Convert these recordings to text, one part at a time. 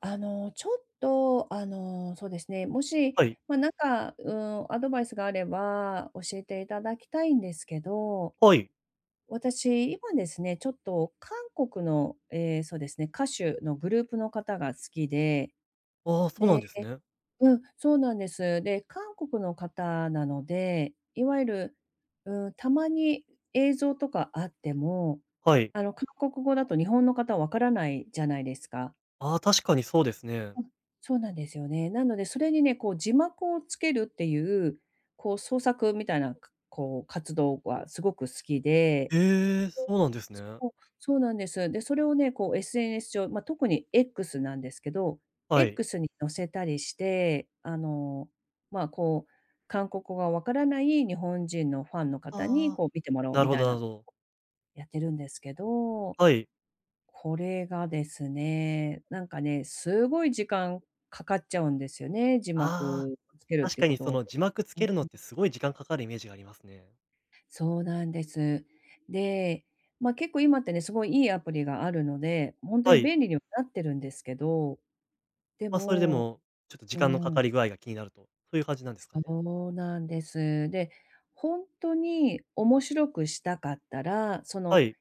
ちょっと、そうですね、もし、はい。まあ、なんか、アドバイスがあれば教えていただきたいんですけど、はい。私、今ですね、ちょっと韓国の、そうですね、歌手のグループの方が好きで、ああ、そうなでんですね。うん、そうなんです。で、韓国の方なので、いわゆる、うん、たまに映像とかあっても、はい。韓国語だと日本の方わからないじゃないですか。ああ、確かにそうですね。うん、そうなんですよね。なので、それにね、こう字幕をつけるっていう、こう創作みたいな、こう活動はすごく好きで、ええ、そうなんですね。そう、そうなんです。で、それをね、こう SNS 上、まあ、特に X なんですけど、はい。X に載せたりして、まあ、こう韓国語がわからない日本人のファンの方にああ、こう見てもらおうなみるほたどいなな、るほど。やってるんですけどはい。これがですね、なんかね、すごい時間かかっちゃうんですよね、字ああ、幕つけるっ確ていうかこにとそを。の字幕つうけるのん、ってすごい時間かかるイメージがありますね。そうなんです。で、まあ、結構今ってね、すごいいいアプリがあるので、本当はにい。便利にはなってるんですけど、でま、それでもも、ちょっと時う間のかん、かり具合が気になると、そういう感じなんですかね？そうなんです。で、本当に面白くしたかったら、そはのい。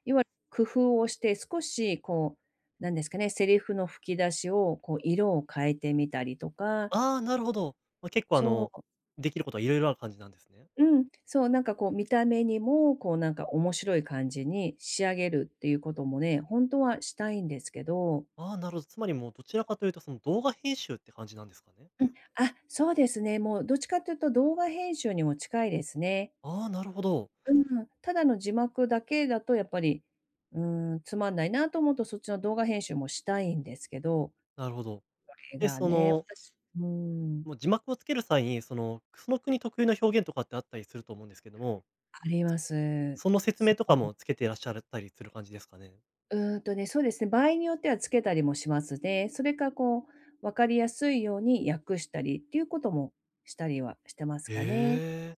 工夫をして少しこう、なんですかね、セリフの吹き出しをこう色を変えてみたりとか、ああ、なるほど。ま、結構あの、そできることは色々ある感じなんですね。なんかこう見た目にも、こうなんか面白い感じに仕上げるっていうこともね、ほんとはしたいんですけど、ああ、なるほど。つまりもうどちらそかとういうと、その動画編集って感じなんですかね？うん、あ、そうですね、もうどっちかっていうと動画編集にも近いですね。ああ、なるほど。うん、ただの字幕だけだとやっぱり、うーん、つまんないなと思うとそっちの動画編集もしたいんですけど、なるほど。それで、がそね、の私うーん、もう字幕をつける際に、その、その国特有の表現とかってあったりすると思うんですけども、あります。その説そ明とかう。もつけていらっしゃったりする感じですかね？うーんとね、そうですね、場合によってはつけたりもしますね。それかこう、わかりやすいように訳したりっていうこともしたりはしてますかね。へえ。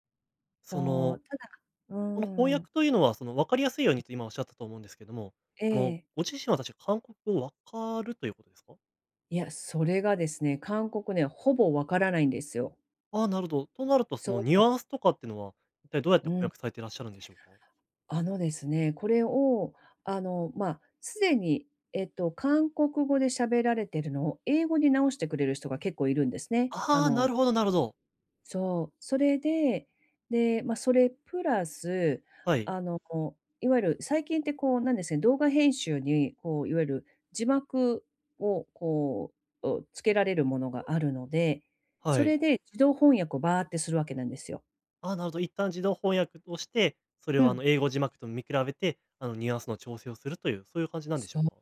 そと、の、ただうーこの翻ん、訳というのは、その、分かりやすいようにと今おっしゃったと思うんですけども、えあの、え。ご自身は確か韓国語わかるということですか？いや、それがですね、韓国ね、ほぼわからないんですよ。ああ、なるほど。となると、そのそニュう。アンスとかっていうのは、一体どうやってう翻ん。訳されていらっしゃるんでしょうか？あのですね、これを、すでに、韓国語で喋られてるのを英語に直してくれる人が結構いるんですね。ああ、なるほどなるほど。そう、それで、で、まあ、それプラス、はい、あの、いわゆる最近ってこうなんですね、動画編集にこういわゆる字幕をこう、おつけられるものがあるので、はそれい。で自動翻訳をバーってするわけなんですよ。ああ、なるほど。一旦自動翻訳をして、それうをあん。の、英語字幕と見比べて、あの、ニュアンスの調整をするという、そういう感じなんでしょそううか？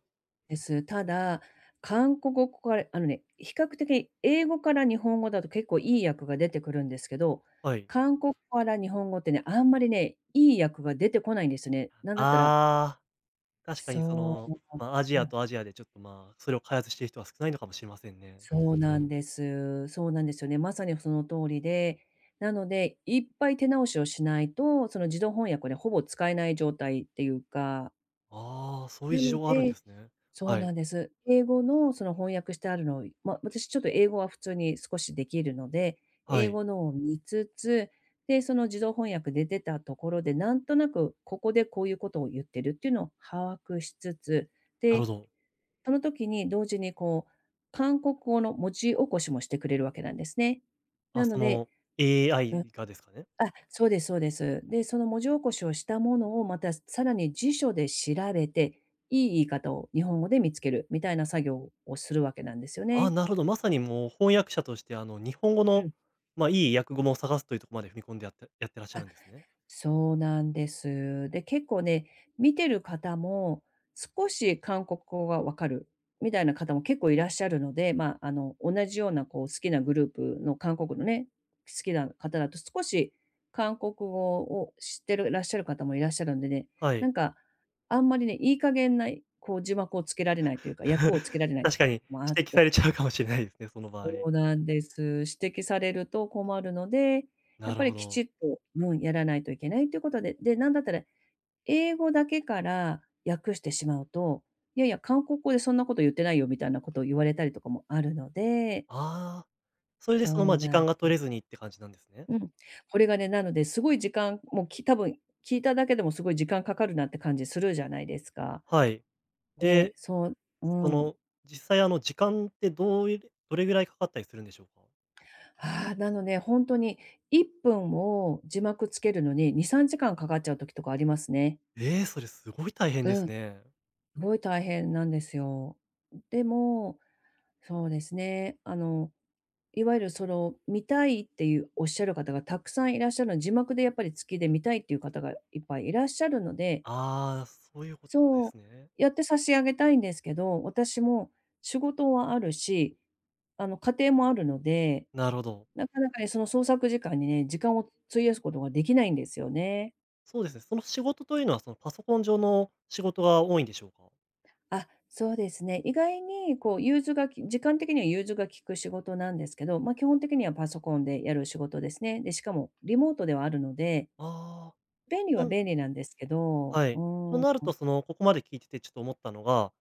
です。ただ、韓国語から、あのね、比較的英語から日本語だと結構いい訳が出てくるんですけど、はい。韓国語から日本語ってね、あんまりね、いい訳が出てこないんですね。なんだったらああ、確かにそその、う。まあ、アジうアん、とアジアでちょっと、まあ、それを開発している人は少ないのかもしれませんね。そうなんです。そうなんですよね。まさにその通りで、なので、いっぱい手直しをしないと、その自動翻訳でほぼ使えない状態っていうか、ああ、そういうな事の情があるんでですね。そうはない。んです。英語のその翻訳してあるのを、ま、私ちょっと英語は普通に少しできるので、は英い。語のを見つつ、で、その自動翻訳で出たところで、なんとなくここでこういうことを言ってるっていうのを把握しつつ、なるで、ほど。その時に同時にこう、韓国語の文字起こしもしてくれるわけなんですね。あ、なそのでの、うん、あ、AI がですかね？そうですそうです。で、その文字起こしをしたものをまたさらに辞書で調べて、いい言い方を日本語で見つけるみたいな作業をするわけなんですよああ、ね。なるほど。まさにもう翻訳者として、あの、日本語うの、ん。まあ、いい訳語も探すというところまで踏み込んでやってらっしゃるんですね。そうなんです。で、結構ね、見てる方も、少し韓国語がわかるみたいな方も結構いらっしゃるので、まあ、あの、同じようなこう好きなグループの韓国のね、好きな方だと少し韓国語を知ってるらっしゃる方もいらっしゃるんでね、はない。んか、あんまりね、いい加減な、こう字幕をつけられないというか、訳をつけられな い確かに、もあっ指摘てされちゃうかもしれないですね、その場合。そうなんです。指摘されると困るので、やなっぱるりほきちど。っと、うん、やらないといけないということで、で、なんだったら英語だけから訳してしまうと、いやいや、韓国語でそんなこと言ってないよみたいなことを言われたりとかもあるので、ああ。それでそその、うま、時なん間がで取す。れずにって感じなんですね。うん。これがね、なのですごい時間、もう多分聞いただけでもすごい時間かかるなって感じするじゃないですか。はい。えで、そう、うそんの、実際あの時間ってどれぐらいかかったりするんでしょうか？ああ、なので、本当に1分を字幕つけるのに2、3時間かかっちゃう時とかありますね。ええ、それすごい大変でうん、すすね。ごい大変なんですよ。でも、そうですね、あの、いわゆるその、見たいっていうおっしゃる方がたくさんいらっしゃるの字幕でやっぱり付きで見たいっていう方がいっぱいいらっしゃるので、ああ、そういうことでそう、すね。やって差し上げたいんですけど、私も仕事はあるし、あの、家庭もあるので、なるほど。なかなかね、その創作時間にね、時間を費やすことができないんですよね。そうですね、その仕事というのは、そのパソコン上の仕事が多いんでしょうか？あ、そうですね。意外にこう融通がき時間的には融通が利く仕事なんですけど、まあ、基本的にはパソコンでやる仕事ですね。で、しかもリモートではあるので、あ便利あはー。うん便利なんですけど、はうい。とーん、なると、その、ここまで聞いててちょっと思ったのが、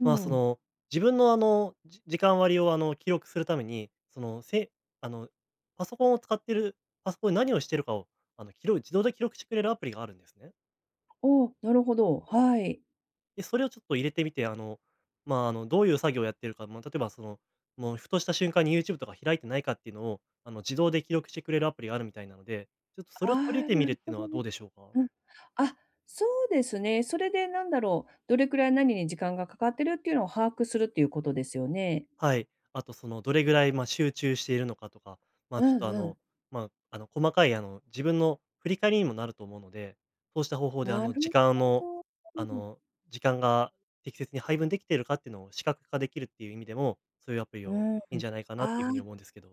うまあ、そん。の、自分のあの、時間割をあの、記録するために、その、あの、パソコンを使ってる、パソコンで何をしてるかを、あの、自動で記録してくれるアプリがあるんですね。おお、なるほど、はい。で、それをちょっと入れてみて、あの、まあ、あの、どういう作業をやってるか、まあ、例えばその、もうふとした瞬間に YouTube とか開いてないかっていうのを、あの、自動で記録してくれるアプリがあるみたいなので、ちょっとそあれを取り入あ、れてみなるっるていほうのどはね。どうでしょうか？うん。あ、そうですね。それでなんだろう、どれくらい何に時間がかかってるっていうのを把握するっていうことですよね。はい。あとそのどれぐらい、まあ、集中しているのかとか、まあ、うちょっんとあうん。の、まあ、あの、細かいあの、自分の振り返りにもなると思うので、そうした方法であなの、時る間の、ほあど。の、時間が適切に配分できているかっていうのを視覚化できるっていう意味でも、そういうアプリうをん。いいんじゃないかなっていうあふうに思あ、うんですけど、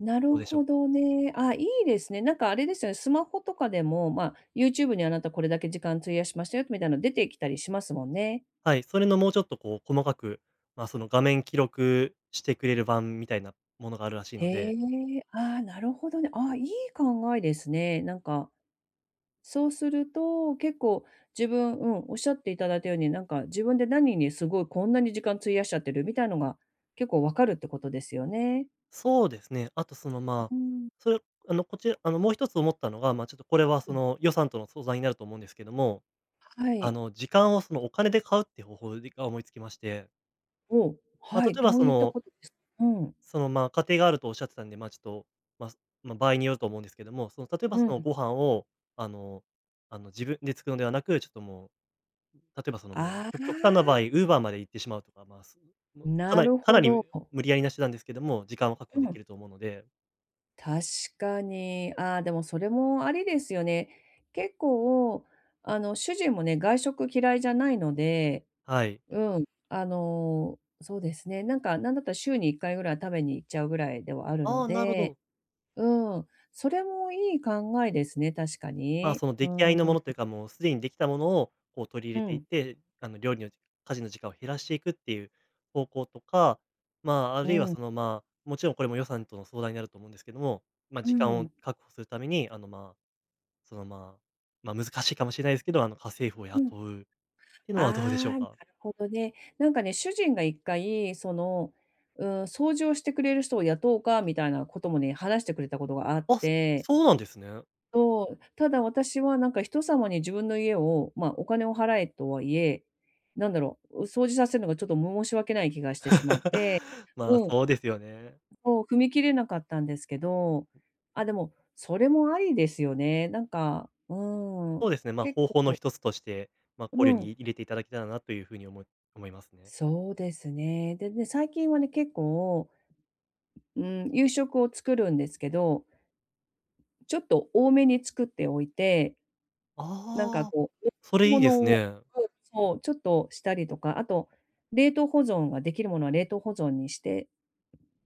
などるうでしょうほか？どね。あ、いいですね。なんかあれですよね、スマホとかでも、まあ、YouTube にあなたこれだけ時間費やしましたよみたいなの出てきたりしますもんね。はい、それのもうちょっとこう細かく、まあ、その画面記録してくれる版みたいなものがあるらしいのへで。え、ああ、なるほどね。ああ、いい考えですね。なんか、そうすると、結構うん、おっしゃっていただいたように、なんか自分で何にすごいこんなに時間費やしちゃってるみたいのが結構わかるってことですよね。そうですね。あとその、まあ、うん。それ、あの、こちら、あの、もう一つ思ったのが、まあ、ちょっとこれはその予算との相談になると思うんですけども、はあい。の、時間をそのお金で買うって方法でが思いつきまして、おまはあ、い、例えどばうそいったの、ことですかうん。その、まあ、家庭があるとおっしゃってたんで、まあ、ちょっと、まあ、まあ、場合によると思うんですけども、その、例えばうそのん。ご飯を、あの、あの、自分で作るのではなく、ちょっともう、例えばそのもう、あ極端な場合、あ、Uber まで行ってしまうとか、まあ、もうかななり、るかほなりど。無理やりな手段ですけども、時間を確保うでん。きると思うので、確かに。ああ、でもそれもありですよね。結構、あの、主人もね、外食嫌いじゃないので、はい。うん、あの、そうですね、なんか、なんだったら週に1回ぐらい食べに行っちゃうぐらいではあるのああ、なるほで、ど。うん、それもいい考えですね、確かまあ、に。そのう出来合ん、いのものというか、もうすでにできたものをこう取りう入れていっん、て、あの料理の家事の時間を減らしていくっていう方向とか、まあ、あうるいはん。その、まあ、もちろんこれも予算との相談になると思うんですけども、まあ、う時間をん、確保するために、あの、まあ、その、まあ、まあ、難しいかもしれないですけど、あの、家政婦をうん。雇うっていうあのはどうでしょうあ、なるか？ほどね。なんかね、主人が一回、その、うん、掃除をしてくれる人を雇おうかみたいなこともね、話してくれたことがあっあ、て、そうなんですね。そう、ただ私はなんか人様に自分の家を、まあ、お金を払えとはいえ、なんだろう、掃除させるのがちょっと申し訳ない気がしてしまって、まあ、うん、そうですよね。そう、踏み切れなかったんですけど、あ、でも、それもありですよね。なんか、うん、そうですね、まあ、結方法の構一つとして、まあ、考う慮にん入れていただけたらなというふうに思いますね。そうですね。でね、最近はね、結構、うん、夕食を作るんですけど、ちょっと多めに作っておいて、なんかああ、こそう、れいもいですのをね。うんそう、ちょっとしたりとか、あと冷凍保存ができるものは冷凍保存にして、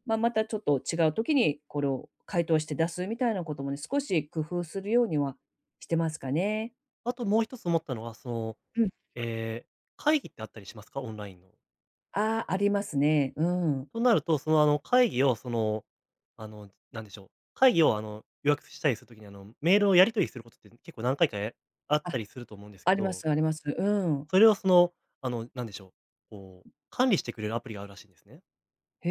まあ、またちょっと違う時にこれを解凍して出すみたいなこともね、少し工夫するようにはしてますかね。あともう一つ思ったのは、その、うん。ええ、会議ってあったりしますか？オンラインの。ああ、ありますね。うん。となると、その、あの、会議を、その、あの、なんでしょう、会議を、あの、予約したりするときに、あの、メールをやり取りすることって結構何回か、あっあ、たりすると思うんですあけりまど、すあります。うん。それを、その、あの、なんでしょう、こう、管理してくれるアプリがあるらしいんですね。へ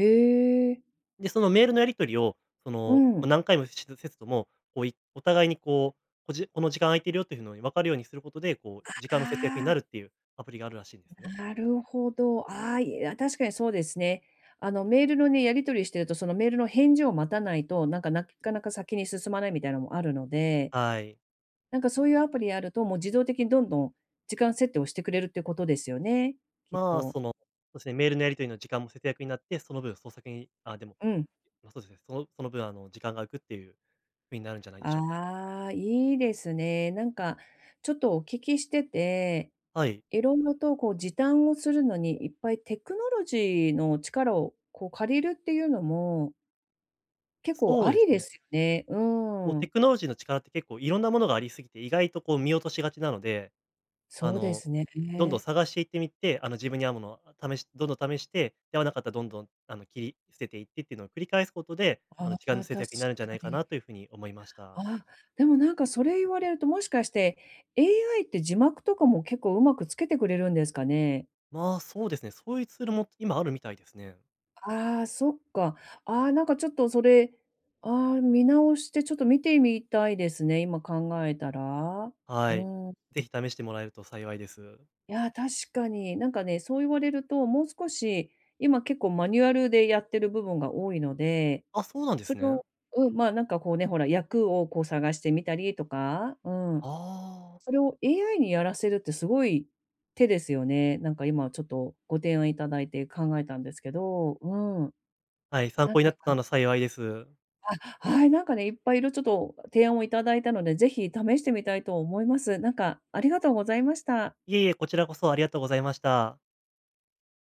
え。で、そのメールのやり取りを、そうの、ん。ま何回もせずとも、こう、お互いにこう、この時間空いてるよっていうのに分かるようにすることで、こう、時間の節約にあなるっあ。ていうアプリがあるらしいんですね。なるほど。ああ、いや、確かにそうですね。あの、メールのね、やり取りしてると、そのメールの返事を待たないと、なんか、なかなか先に進まないみたいなのもあるので、はい。なんかそういうアプリやると、もう自動的にどんどん時間設定をしてくれるってことですよね、きっまあ、と。その、そうですね、メールのやり取りの時間も節約になって、その分創作にあ、でも、うん。まあ、そうですね、そのその分、あの、時間が浮くっていう風になるんじゃないでしょうか。ああ、いいですね。なんか、ちょっとお聞きしてて、はい。いろいろとこう時短をするのに、いっぱいテクノロジーの力をこう借りるっていうのも、結構そあうですりでね。すよね。うこう、テん。クノロジーの力って結構いろんなものがありすぎて、意外とこう見落としがちなのであそうでの、すね。どんどん探していってみて、あの、自分に合うものをどんどん試して、で、合わなかったらどんどん、あの、切り捨てていってっていうのを繰り返すことで、ああの、時間のあ、確節約になるんじゃかないかに。なというふうに思いました。ああ、でもなんかそれ言われると、もしかして AI って字幕とかも結構うまくつけてくれるんですかね？まあ、そうですね、そういうツールも今あるみたいですね。ああ、そっか。ああ、なんかちょっとそれ、ああ、見直してちょっと見てみたいですね、今考えたら。うはい。ん。ぜひ試してもらえると幸いです。いや、確かに。なんかね、そう言われると、もう少し、今結構マニュアルでやってる部分が多いのであ、そうなんでそすれね。をうん、まあ、なんかこうね、ほら、役をこう探してみたりとか、うん、ああ。それを AI にやらせるってすごい手ですよね。なんか今ちょっとご提案いただいて考えたんですけど、うん。はい、参なん考にか、なったなら幸いです。あ、はい、なんかね、いっぱいちょっと提案をいただいたので、ぜひ試してみたいと思います。なんかありがとうございました。いえいえ、こちらこそありがとうございました。